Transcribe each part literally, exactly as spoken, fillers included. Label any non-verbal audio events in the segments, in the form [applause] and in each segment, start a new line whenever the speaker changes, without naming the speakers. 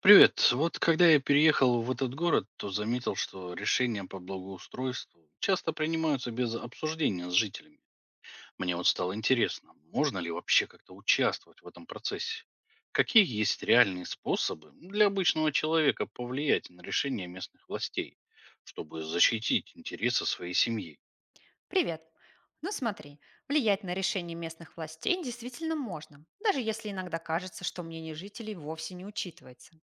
Привет. Вот когда я переехал в этот город, то заметил, что решения по благоустройству часто принимаются без обсуждения с жителями. Мне вот стало интересно, можно ли вообще как-то участвовать в этом процессе? Какие есть реальные способы для обычного человека повлиять на решения местных властей, чтобы защитить интересы своей семьи?
Привет. Ну смотри, влиять на решение местных властей действительно можно, даже если иногда кажется, что мнение жителей вовсе не учитывается.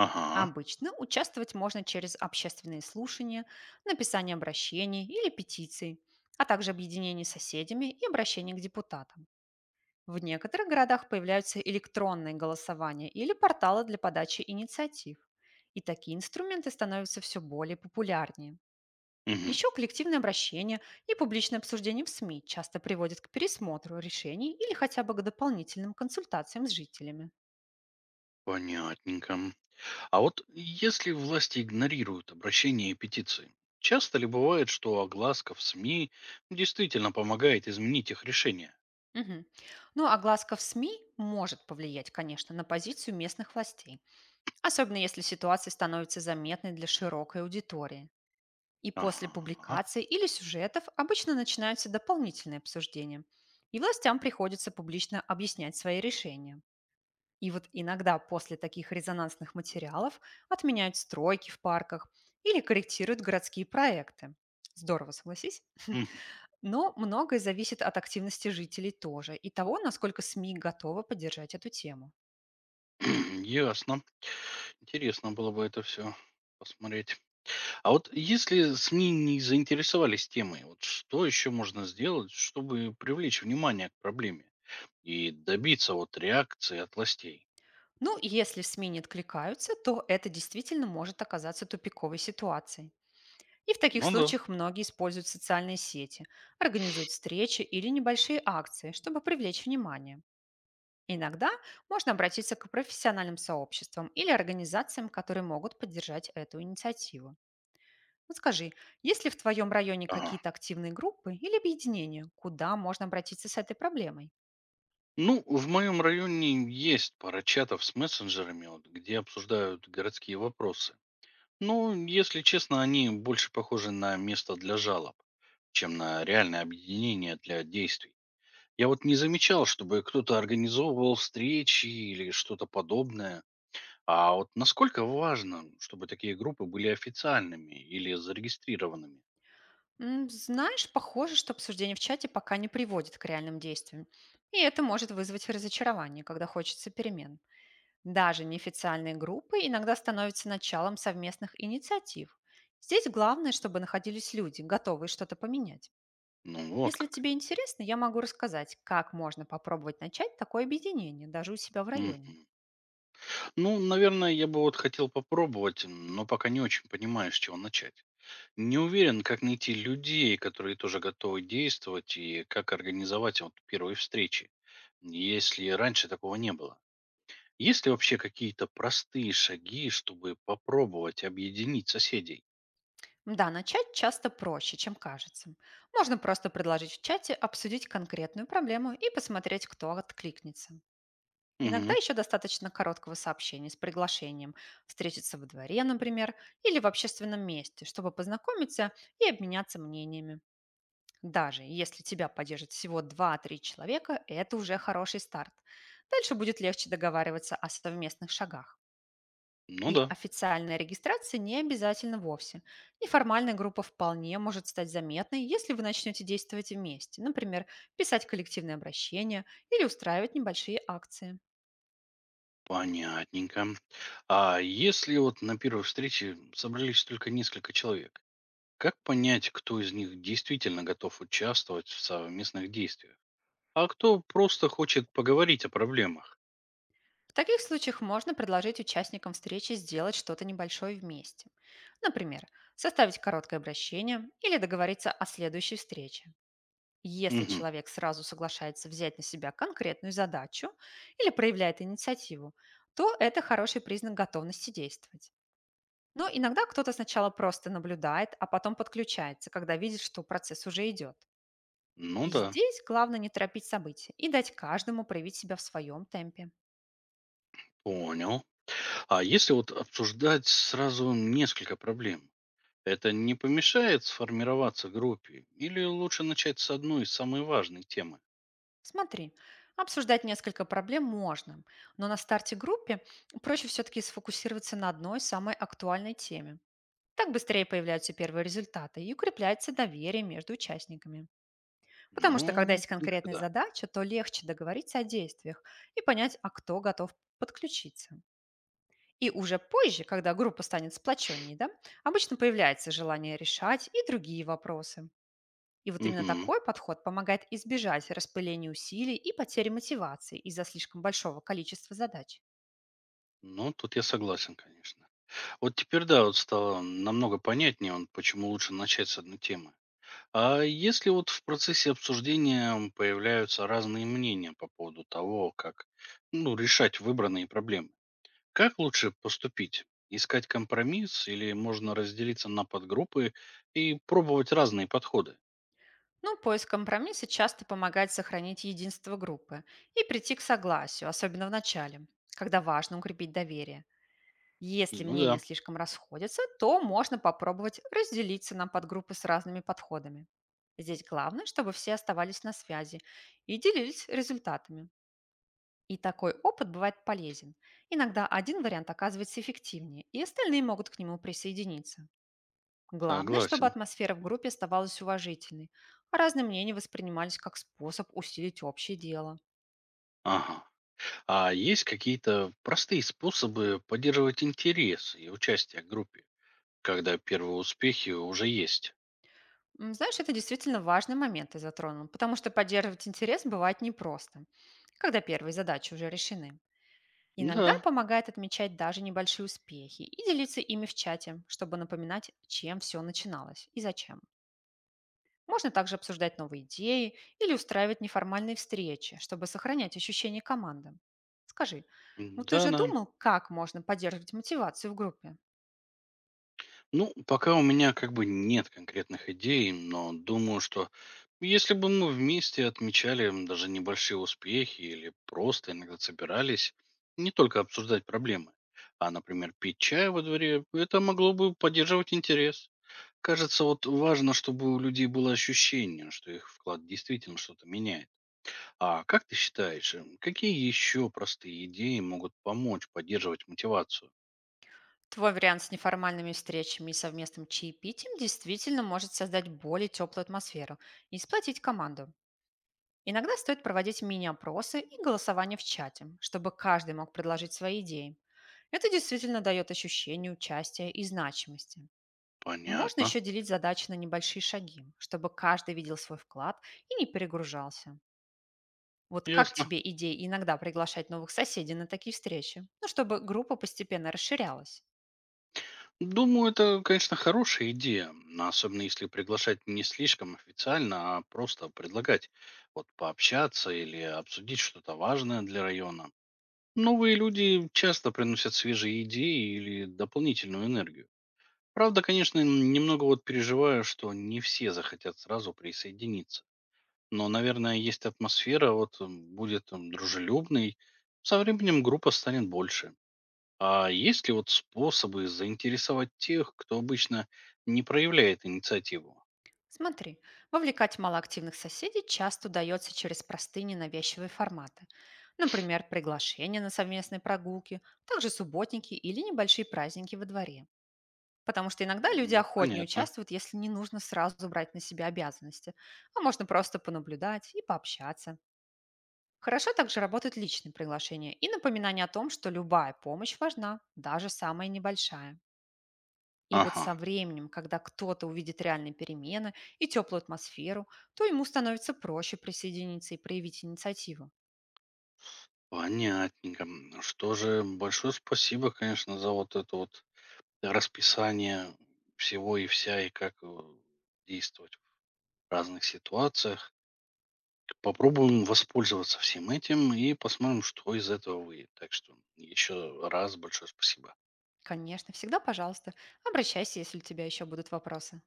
Ага,
Обычно участвовать можно через общественные слушания, написание обращений или петиций, а также объединение с соседями и обращение к депутатам. В некоторых городах появляются электронные голосования или порталы для подачи инициатив. И такие инструменты становятся все более популярнее.
мгм,
Еще коллективное обращение и публичное обсуждение в СМИ часто приводят к пересмотру решений или хотя бы к дополнительным консультациям с жителями.
понятненько. А вот если власти игнорируют обращения и петиции, часто ли бывает, что огласка в СМИ действительно помогает изменить их решение?
Мгм. Ну а глазка в СМИ может повлиять, конечно, на позицию местных властей, особенно если ситуация становится заметной для широкой аудитории. И после
Ага, ага,
публикации или сюжетов обычно начинаются дополнительные обсуждения, и властям приходится публично объяснять свои решения. И вот иногда после таких резонансных материалов отменяют стройки в парках или корректируют городские проекты. Здорово, согласись?
мгм.
Но многое зависит от активности жителей тоже и того, насколько СМИ готовы поддержать эту тему.
[clears throat] Ясно. Интересно было бы это все посмотреть. А вот если СМИ не заинтересовались темой, вот что еще можно сделать, чтобы привлечь внимание к проблеме и добиться вот реакции от властей?
Ну, и если СМИ не откликаются, то это действительно может оказаться тупиковой ситуацией. И в таких
Ну да.
случаях многие используют социальные сети, организуют встречи или небольшие акции, чтобы привлечь внимание. Иногда можно обратиться к профессиональным сообществам или организациям, которые могут поддержать эту инициативу. Вот скажи, есть ли в твоем районе
Ага.
какие-то активные группы или объединения, куда можно обратиться с этой проблемой?
Ну, в моем районе есть пара чатов с мессенджерами, вот, где обсуждают городские вопросы. Но, если честно, они больше похожи на место для жалоб, чем на реальное объединение для действий. Я вот не замечал, чтобы кто-то организовывал встречи или что-то подобное. А вот насколько важно, чтобы такие группы были официальными или зарегистрированными?
М, Знаешь, похоже, что обсуждение в чате пока не приводит к реальным действиям. И это может вызвать разочарование, когда хочется перемен. Даже неофициальные группы иногда становятся началом совместных инициатив. Здесь главное, чтобы находились люди, готовые что-то поменять.
Ну, вот
Если
как.
тебе интересно, я могу рассказать, как можно попробовать начать такое объединение даже у себя в районе.
Мгм. Ну, наверное, я бы вот хотел попробовать, м, но пока не очень понимаю, с чего начать. Не уверен, как найти людей, которые тоже готовы действовать, и как организовать вот первые встречи, если раньше такого не было. Есть ли вообще какие-то простые шаги, чтобы попробовать объединить соседей?
Да, начать часто проще, чем кажется. Можно просто предложить в чате обсудить конкретную проблему и посмотреть, кто откликнется. Иногда
Угу.
еще достаточно короткого сообщения с приглашением встретиться во дворе, например, или в общественном месте, чтобы познакомиться и обменяться мнениями. Даже если тебя поддержит всего два-три человека, это уже хороший старт. Дальше будет легче договариваться о совместных шагах.
Ну
И
да,
официальная регистрация не обязательно вовсе. Неформальная группа вполне может стать заметной, если вы начнете действовать вместе, например, писать коллективные обращения или устраивать небольшие акции.
понятненько. А если вот на первой встрече собрались только несколько человек, как понять, кто из них действительно готов участвовать в совместных действиях, а кто просто хочет поговорить о проблемах?
В таких случаях можно предложить участникам встречи сделать что-то небольшое вместе. Например, составить короткое обращение или договориться о следующей встрече. Если
Угу.
человек сразу соглашается взять на себя конкретную задачу или проявляет инициативу, то это хороший признак готовности действовать. Но иногда кто-то сначала просто наблюдает, а потом подключается, когда видит, что процесс уже идет.
Ну
И
да.
здесь главное не торопить события и дать каждому проявить себя в своем темпе.
Понял. А если вот обсуждать сразу несколько проблем, это не помешает сформироваться группе? Или лучше начать с одной из самой важной темы?
Смотри, обсуждать несколько проблем можно, но на старте группе проще все-таки сфокусироваться на одной самой актуальной теме. Так быстрее появляются первые результаты и укрепляется доверие между участниками. Потому
Ну,
что когда
в
есть
принципе,
конкретная
да.
задача, то легче договориться о действиях и понять, а кто готов подключиться. И уже позже, когда группа станет сплоченнее, да, обычно появляется желание решать и другие вопросы. И вот именно
Мгм.
такой подход помогает избежать распыления усилий и потери мотивации из-за слишком большого количества задач.
Ну, тут я согласен, конечно. Вот теперь, да, вот стало намного понятнее, он, почему лучше начать с одной темы. А если вот в процессе обсуждения появляются разные мнения по поводу того, как ну, решать выбранные проблемы, как лучше поступить? Искать компромисс или можно разделиться на подгруппы и пробовать разные подходы?
Но поиск компромисса часто помогает сохранить единство группы и прийти к согласию, особенно в начале, когда важно укрепить доверие. Если
Ну
мнения
да,
слишком расходятся, то можно попробовать разделиться на подгруппы с разными подходами. Здесь главное, чтобы все оставались на связи и делились результатами. И такой опыт бывает полезен. Иногда один вариант оказывается эффективнее, и остальные могут к нему присоединиться. Главное, чтобы
согласен.
атмосфера в группе оставалась уважительной, а разные мнения воспринимались как способ усилить общее дело.
Ага. А есть какие-то простые способы поддерживать интерес и участие в группе, когда первые успехи уже есть?
М, Знаешь, это действительно важный момент ты затронул, потому что поддерживать интерес бывает непросто, когда первые задачи уже решены.
Да,
Иногда помогает отмечать даже небольшие успехи и делиться ими в чате, чтобы напоминать, чем все начиналось и зачем. Можно также обсуждать новые идеи или устраивать неформальные встречи, чтобы сохранять ощущение команды. Скажи, ну ты
да,
же
да.
думал, как можно поддерживать мотивацию в группе?
Ну, пока у меня как бы нет конкретных идей, но думаю, что если бы мы вместе отмечали м, даже небольшие успехи или просто иногда собирались не только обсуждать проблемы, а, например, пить чай во дворе, это могло бы поддерживать интерес. Кажется, вот важно, чтобы у людей было ощущение, что их вклад действительно что-то меняет. А как ты считаешь, м, какие еще простые идеи могут помочь поддерживать мотивацию?
Твой вариант с неформальными встречами и совместным чаепитием действительно может создать более теплую атмосферу и сплотить команду. Иногда стоит проводить мини-опросы и голосование в чате, чтобы каждый мог предложить свои идеи. Это действительно дает ощущение участия и значимости. Можно
Понятно.
еще делить задачи на небольшие шаги, чтобы каждый видел свой вклад и не перегружался. Вот как
Ясно.
тебе идея иногда приглашать новых соседей на такие встречи? Ну, чтобы группа постепенно расширялась.
Думаю, это, конечно, хорошая идея, но особенно если приглашать не слишком официально, а просто предлагать вот пообщаться или обсудить что-то важное для района. Новые люди часто приносят свежие идеи или дополнительную энергию. Правда, конечно, н- немного вот переживаю, что не все захотят сразу присоединиться. Но, наверное, есть атмосфера, вот м, будет м, дружелюбной, со временем группа станет больше. А есть ли вот способы заинтересовать тех, кто обычно не проявляет инициативу?
Смотри, вовлекать малоактивных соседей часто удается через простые ненавязчивые форматы. Например, приглашения на совместные прогулки, также субботники или небольшие праздники во дворе. Потому что иногда люди
М,
охотнее
Понятно.
участвуют, если не нужно сразу брать на себя обязанности, а можно просто понаблюдать и пообщаться. Хорошо также работают личные приглашения и напоминание о том, что любая помощь важна, даже самая небольшая. И вот
Ага,
со временем, когда кто-то увидит реальные перемены и теплую атмосферу, то ему становится проще присоединиться и проявить инициативу.
понятненько. М, Что же, большое спасибо, конечно, за вот это вот расписание всего и вся, и как э, действовать в разных ситуациях. Попробуем воспользоваться всем этим и посмотрим, что из этого выйдет. Так что еще раз большое спасибо.
Конечно, всегда, пожалуйста, обращайся, если у тебя еще будут вопросы.